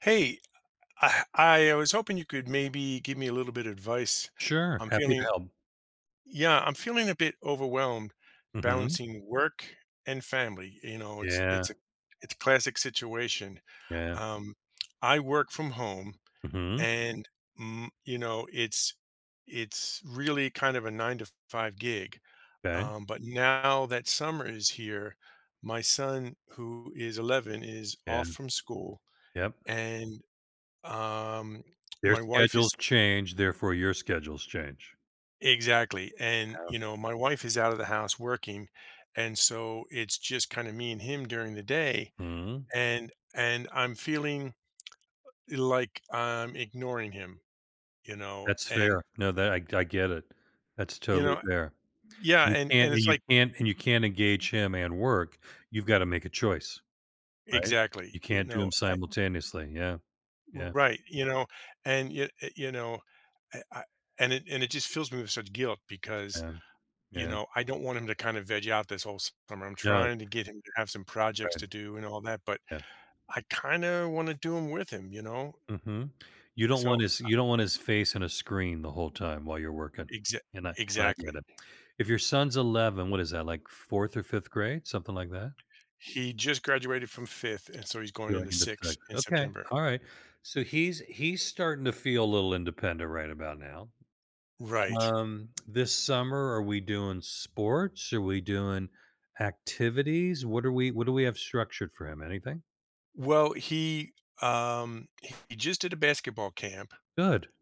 Hey, I was hoping you could maybe give me a little bit of advice. Sure, I'm happy to feeling, help. yeah, I'm feeling a bit overwhelmed Mhm. balancing work and family. You know, Yeah, it's a classic situation. yeah. Um, I work from home, Mm-hmm. and mm, you know, it's it's really kind of a 9 to 5 gig. Okay, But now that summer is here, my son, who is 11, is yeah. off from school, Yep. and um, Their my wife schedules is change, therefore your schedules change. exactly, and, Yeah. you know, my wife is out of the house working, and so it's just kinda me and him during the day, Mhm. and I'm feeling like I'm ignoring him, you know, That's and, fair. No, that I get it. That's you totally know fair. Yeah, You and can't and and it's you like can't and you can't engage him and work. You've gotta make a choice, right? You exactly, you can't do 'em know, I simultaneously. Yeah, yeah, Right, you know, and you know, I and it just fills me with such guilt because, yeah, you yeah. know, I don't want him to kinda veg out this whole summer. I'm No, trying to get him to have some projects right, to do and all that, but yeah. I kinda wanna do 'em with him, you know? Mhm. You don't want So his you don't want his face in a screen the whole time while you're working, Exa and I exactly. get it. If your son's 11, what is that, like fourth or fifth grade? Something like that? He just graduated from 5th, and so he's going Going into into 6th sixth. in Okay, September. alright. So, he's starting to feel a little independent right about now. Right. This summer, are we doing sports? Are we doing activities? What do we have structured for him? Anything? Well, he just did a basketball camp. Good,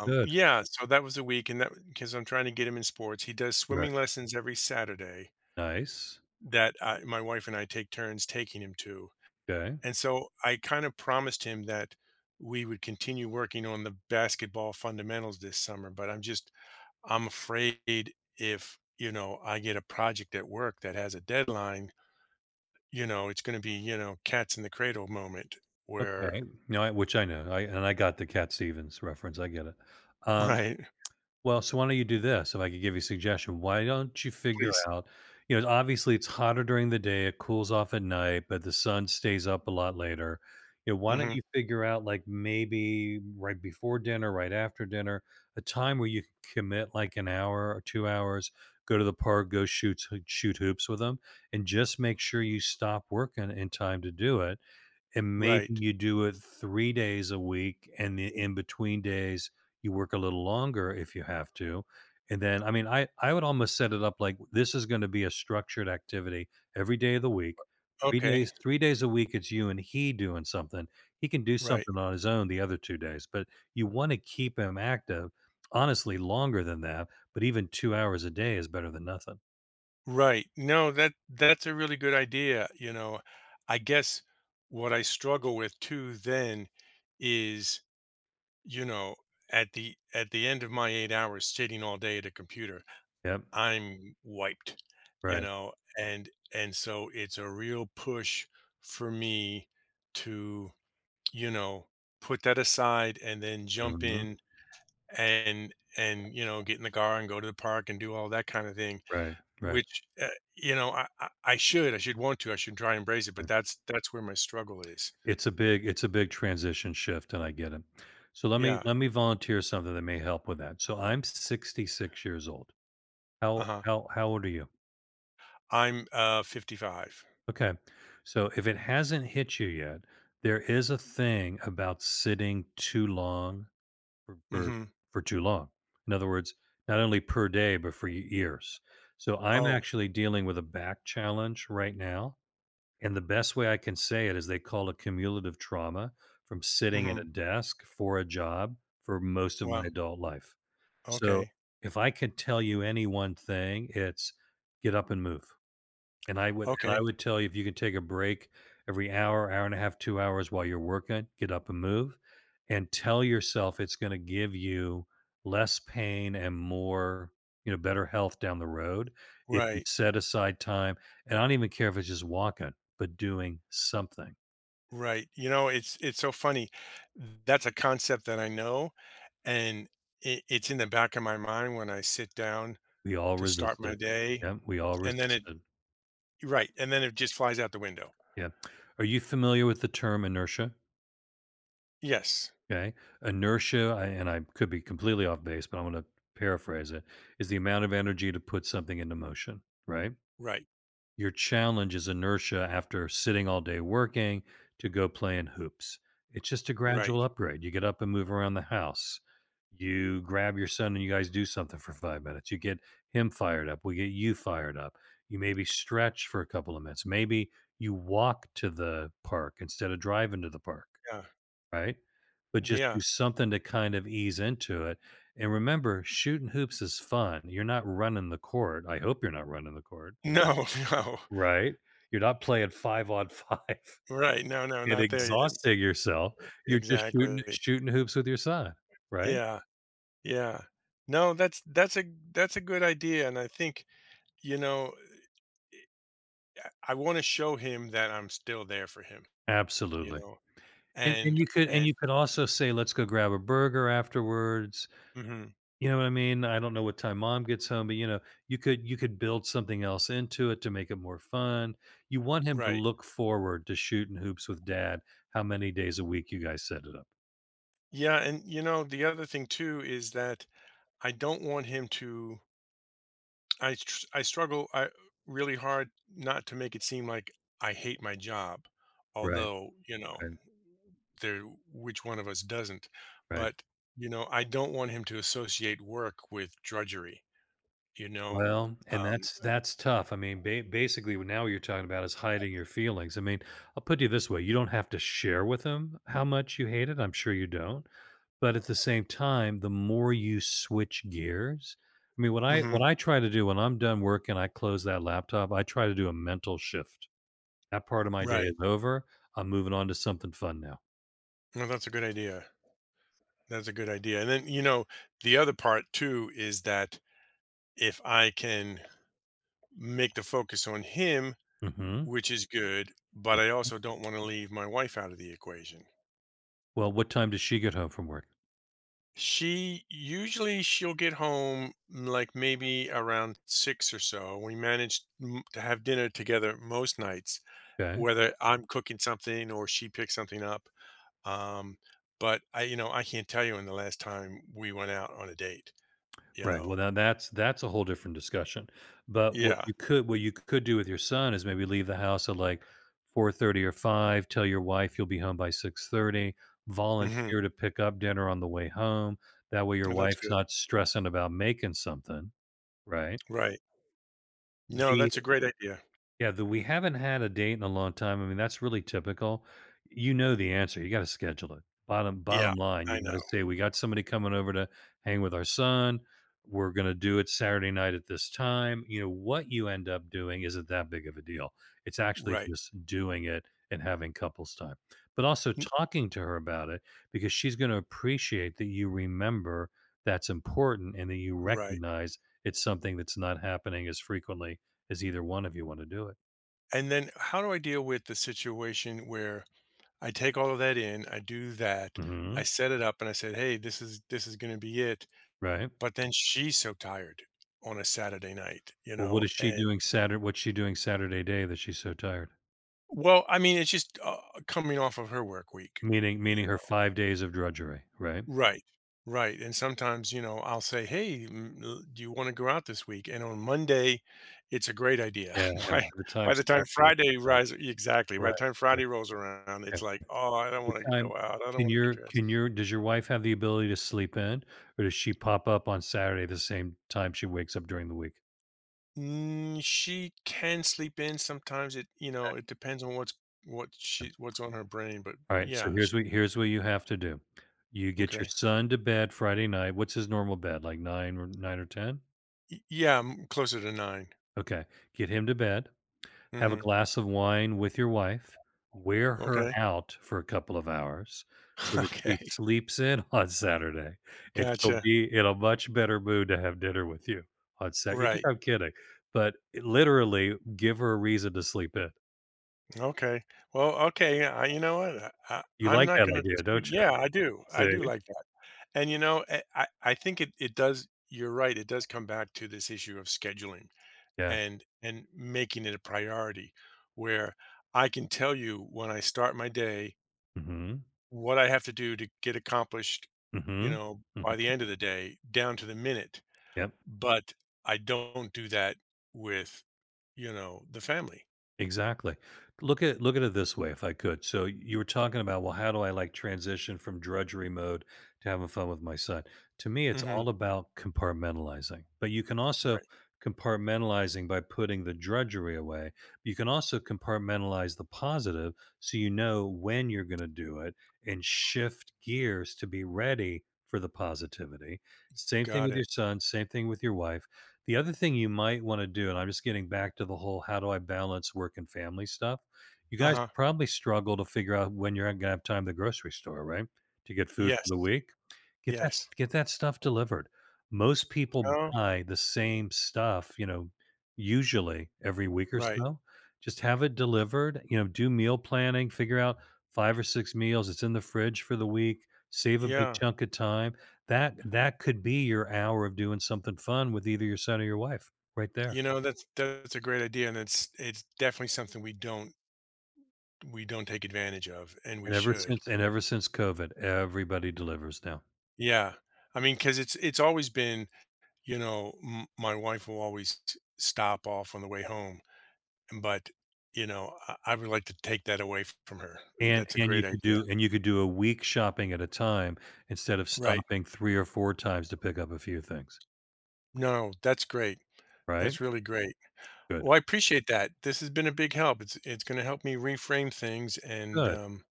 Good. Yeah, so that was a week, and that because 'cause I'm trying to get him in sports. He does Right. swimming lessons every Saturday Nice. that I my wife and I take turns taking him to, Okay, and so I kinda promised him that we would continue working on the basketball fundamentals this summer, but I'm afraid if, you know, I get a project at work that has a deadline, you know, it's going to be, you know, cats in the cradle moment where, okay. No, I which I know. I got the Cat Stevens reference, I get it. Um, right, Well, so why don't you do this, if I could give you a suggestion? Why don't you figure please. out obviously, it's hotter during the day, it cools off at night, but the sun stays up a lot later. You know, why don't Hmm you figure out, like, maybe right before dinner, right after dinner, a time where you can commit, like, an hour or 2 hours, go to the park, go shoot hoops with them, and just make sure you stop working in time to do it, and maybe Right. you do it 3 days a week, and the in-between days, you work a little longer if you have to, and then I mean, I would almost set it up like, this is gonna be a structured activity every day of the week. 3 Okay. days 3 days a week, it's you and he doing something. He can do Right. something on his own the other 2 days, but you wanna keep him active, honestly, longer than that, but even 2 hours a day is better than nothing. Right. No, that's a really good idea. You know, I guess what I struggle with too then is, you know, at the end of my 8 hours sitting all day at a computer, Yep. I'm wiped, you Right. know, and so it's a real push for me to, you know, put that aside and then jump Mhm. in and you know get in the car and go to the park and do all that kind of thing Right, right, right. which you know, I should want to I should try and embrace it but that's where my struggle is. It's a big transition shift, and I get it. So let me Yeah. let me volunteer something that may help with that. So I'm 66 years old. How Uh-huh. how how old are you? I'm 55. Okay. So if it hasn't hit you yet, there is a thing about sitting too long for Mm-hmm. for too long. In other words, not only per day but for years. So I'm Oh. actually dealing with a back challenge right now. And the best way I can say it is they call it cumulative trauma from sitting at Mm-hmm. a desk for a job for most of my Wow. adult life. So Okay. if I could tell you any one thing, it's get up and move. And I would and I Okay. would tell you if you can take a break every hour, hour and a half, 2 hours while you're working, get up and move, and tell yourself it's gonna give you less pain and more, better health down the road if you Right. set aside time, and I don't even care if it's just walking, but doing something. Right. You know, it's so funny. That's a concept that I know, and it's in the back of my mind when I sit down We all to start my resisted. day, Yeah, we all and resisted. Yeah. Then it just flies out the window. Yep, yep. Are you familiar with the term inertia? Yes. Okay. Inertia, and I could be completely off base, but I'm going to paraphrase it, is the amount of energy to put something into motion, right? Right. Your challenge is inertia after sitting all day working to go playing hoops. It's just a Right. gradual upgrade. You get up and move around the house. You grab your son and you guys do something for 5 minutes. You get him fired up. We get you fired up. You maybe stretch for a couple of minutes. Maybe you walk to the park instead of driving to the park. Yeah. Right? But just do Yeah. something to kind of ease into it, and remember, shooting hoops is fun. You're not running the court. I hope you're not running the court, No. No. right? You're not playing 5 on 5 Right. No. No. and Not there yet. exhausting yourself. You're just shooting Exactly. shooting hoops with your son, right? Yeah. Yeah. No. That's a good idea, and I think you know I want to show him that I'm still there for him. You Absolutely. know, And and you could and and you could also say, "Let's go grab a burger afterwards." hmm You know what I mean? I don't know what time mom gets home, but you could build something else into it to make it more fun. You want him to Right. look forward to shooting hoops with dad, how many days a week you guys set it up. Yeah, and you know the other thing too is that I don't want him to. I tr- I struggle I really hard not to make it seem like I hate my job, Right, although you know right, there which one of us doesn't. right. But you know I don't want him to associate work with drudgery. You know, Well, and um that's tough. I mean, basically, now what you're talking about is hiding your feelings. I mean, I'll put it this way: you don't have to share with him how much you hate it. I'm sure you don't. But at the same time, the more you switch gears. I mean, what I what Mhm, I try to do when I'm done work and I close that laptop, I try to do a mental shift. That part of my day is right. over. I'm moving on to something fun now. Well, that's a good idea. That's a good idea, and then, you know, the other part too is that if I can make the focus on him, Mhm. which is good, but I also don't wanna leave my wife out of the equation. Well, what time does she get home from work? She'll get home like maybe around 6 or so. We manage to have dinner together most nights, Okay. whether I'm cooking something or she picks something up. Um, but I, you know, I can't tell you when the last time we went out on a date. You Right, well, know, now that's a whole different discussion, but what yeah, you could what you could do with your son is maybe leave the house at, like, 4:30 or 5, tell your wife you'll be home by 6:30, hmm volunteer to pick up dinner on the way home, that way your well, that's wife's good, not stressing about making something, right? right? No, The that's a great idea. Yeah, that we haven't had a date in a long time. I mean, that's really typical. You know the answer. You gotta schedule it. Bottom Yeah, line, you I know, gotta say, "We got somebody coming over to hang with our son. We're gonna do it Saturday night at this time." What you end up doing isn't that big of a deal. It's actually right, just doing it and having couples time. But also N- talking to her about it because she's gonna appreciate that you remember that's important and that you right. recognize it's something that's not happening as frequently is either one of you want to do it? And then how do I deal with the situation where I take all of that in, I do that, I Mhm, set it up and I said, "Hey, this is gonna be it." right. But then she's so tired on a Saturday night, you Well, what know, is she and doing Saturday? What's she doing Saturday day that she's so tired? well, I mean, it's just, coming off of her work week, Meaning you meaning her know 5 days of drudgery, right? Right, right, and sometimes, you know, I'll say, "Hey, do you wanna go out this week?" And on Monday, it's a great idea. Yeah, and by By the time by the Saturday time rolls Friday around. rise exactly, by Right, the time right, Friday rolls around, yeah. it's like, "Oh, I don't The wanna time go out, I don't wanna get dressed." can your Does your wife have the ability to sleep in, or does she pop up on Saturday the same time she wakes up during the week? Mm, she can sleep in sometimes. It you know it depends on what's what Okay. she what's on her brain, but Alright, so yeah, here's what you have to do. You get your okay, son to bed Friday night. What's his normal bed, like 9 or 10? Yeah, I'm closer to 9. Okay. Get him to bed. Have a Mm-hmm. glass of wine with your wife, wear her Okay, out for a couple of hours so that she okay, sleeps in on Saturday, and she'll gotcha. be in a much better mood to have dinner with you on Sat You think Right. I'm kidding, but literally give her a reason to sleep in. Okay. Well, okay. Yeah, I, you know what? You I'm like not that going to idea, dispute. don't you? Yeah, I do. I do See? like that. And you know, I think it it does. You're right. It does come back to this issue of scheduling Yeah. and making it a priority, where I can tell you when I start my day Mhm. what I have to do to get accomplished, you Mhm. know, by the Mhm. end of the day down to the minute. Yep. But I don't do that with, you know, the family. Exactly. Look at it this way, if I could. So you were talking about, well, how do I like transition from drudgery mode to having fun with my son? To me, it's Hmm all about compartmentalizing. But you can also Right. compartmentalizing by putting the drudgery away. You can also compartmentalize the positive so you know when you're going to do it and shift gears to be ready for the positivity. Same thing Got with your it. son, same thing with your wife. The other thing you might want to do, and I'm just getting back to the whole how do I balance work and family stuff. You Uh guys huh. probably struggle to figure out when you're going to have time at the grocery store, right? To get food for Yes. the week. Get that s- Yes. get that stuff delivered. Most people Oh, buy the same stuff, usually every week or right. so. Just have it delivered, do meal planning, figure out five or six meals. It's in the fridge for the week. Save a big Yeah. chunk of time that could be your hour of doing something fun with either your son or your wife right there. You know, that's a great idea, and it's definitely something we don't take advantage of, and we And ever should. since and ever since COVID, everybody delivers now. Yeah. I mean, because it's always been, you know, my wife will always stop off on the way home But, you know, I would like to take that away from her. And That's a and you great could idea. do and you could do a week shopping at a time instead of Right. stopping 3 or 4 times to pick up a few things, No, that's great. right? That's really great. Good. Well, I appreciate that. This has been a big help. It's gonna help me reframe things and, Good.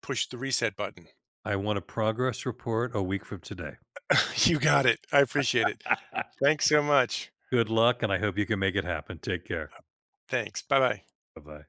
push the reset button. I want a progress report a week from today. You got it. I appreciate it. Thanks so much. Good luck, and I hope you can make it happen. Take care. Thanks. Bye-bye. Bye-bye.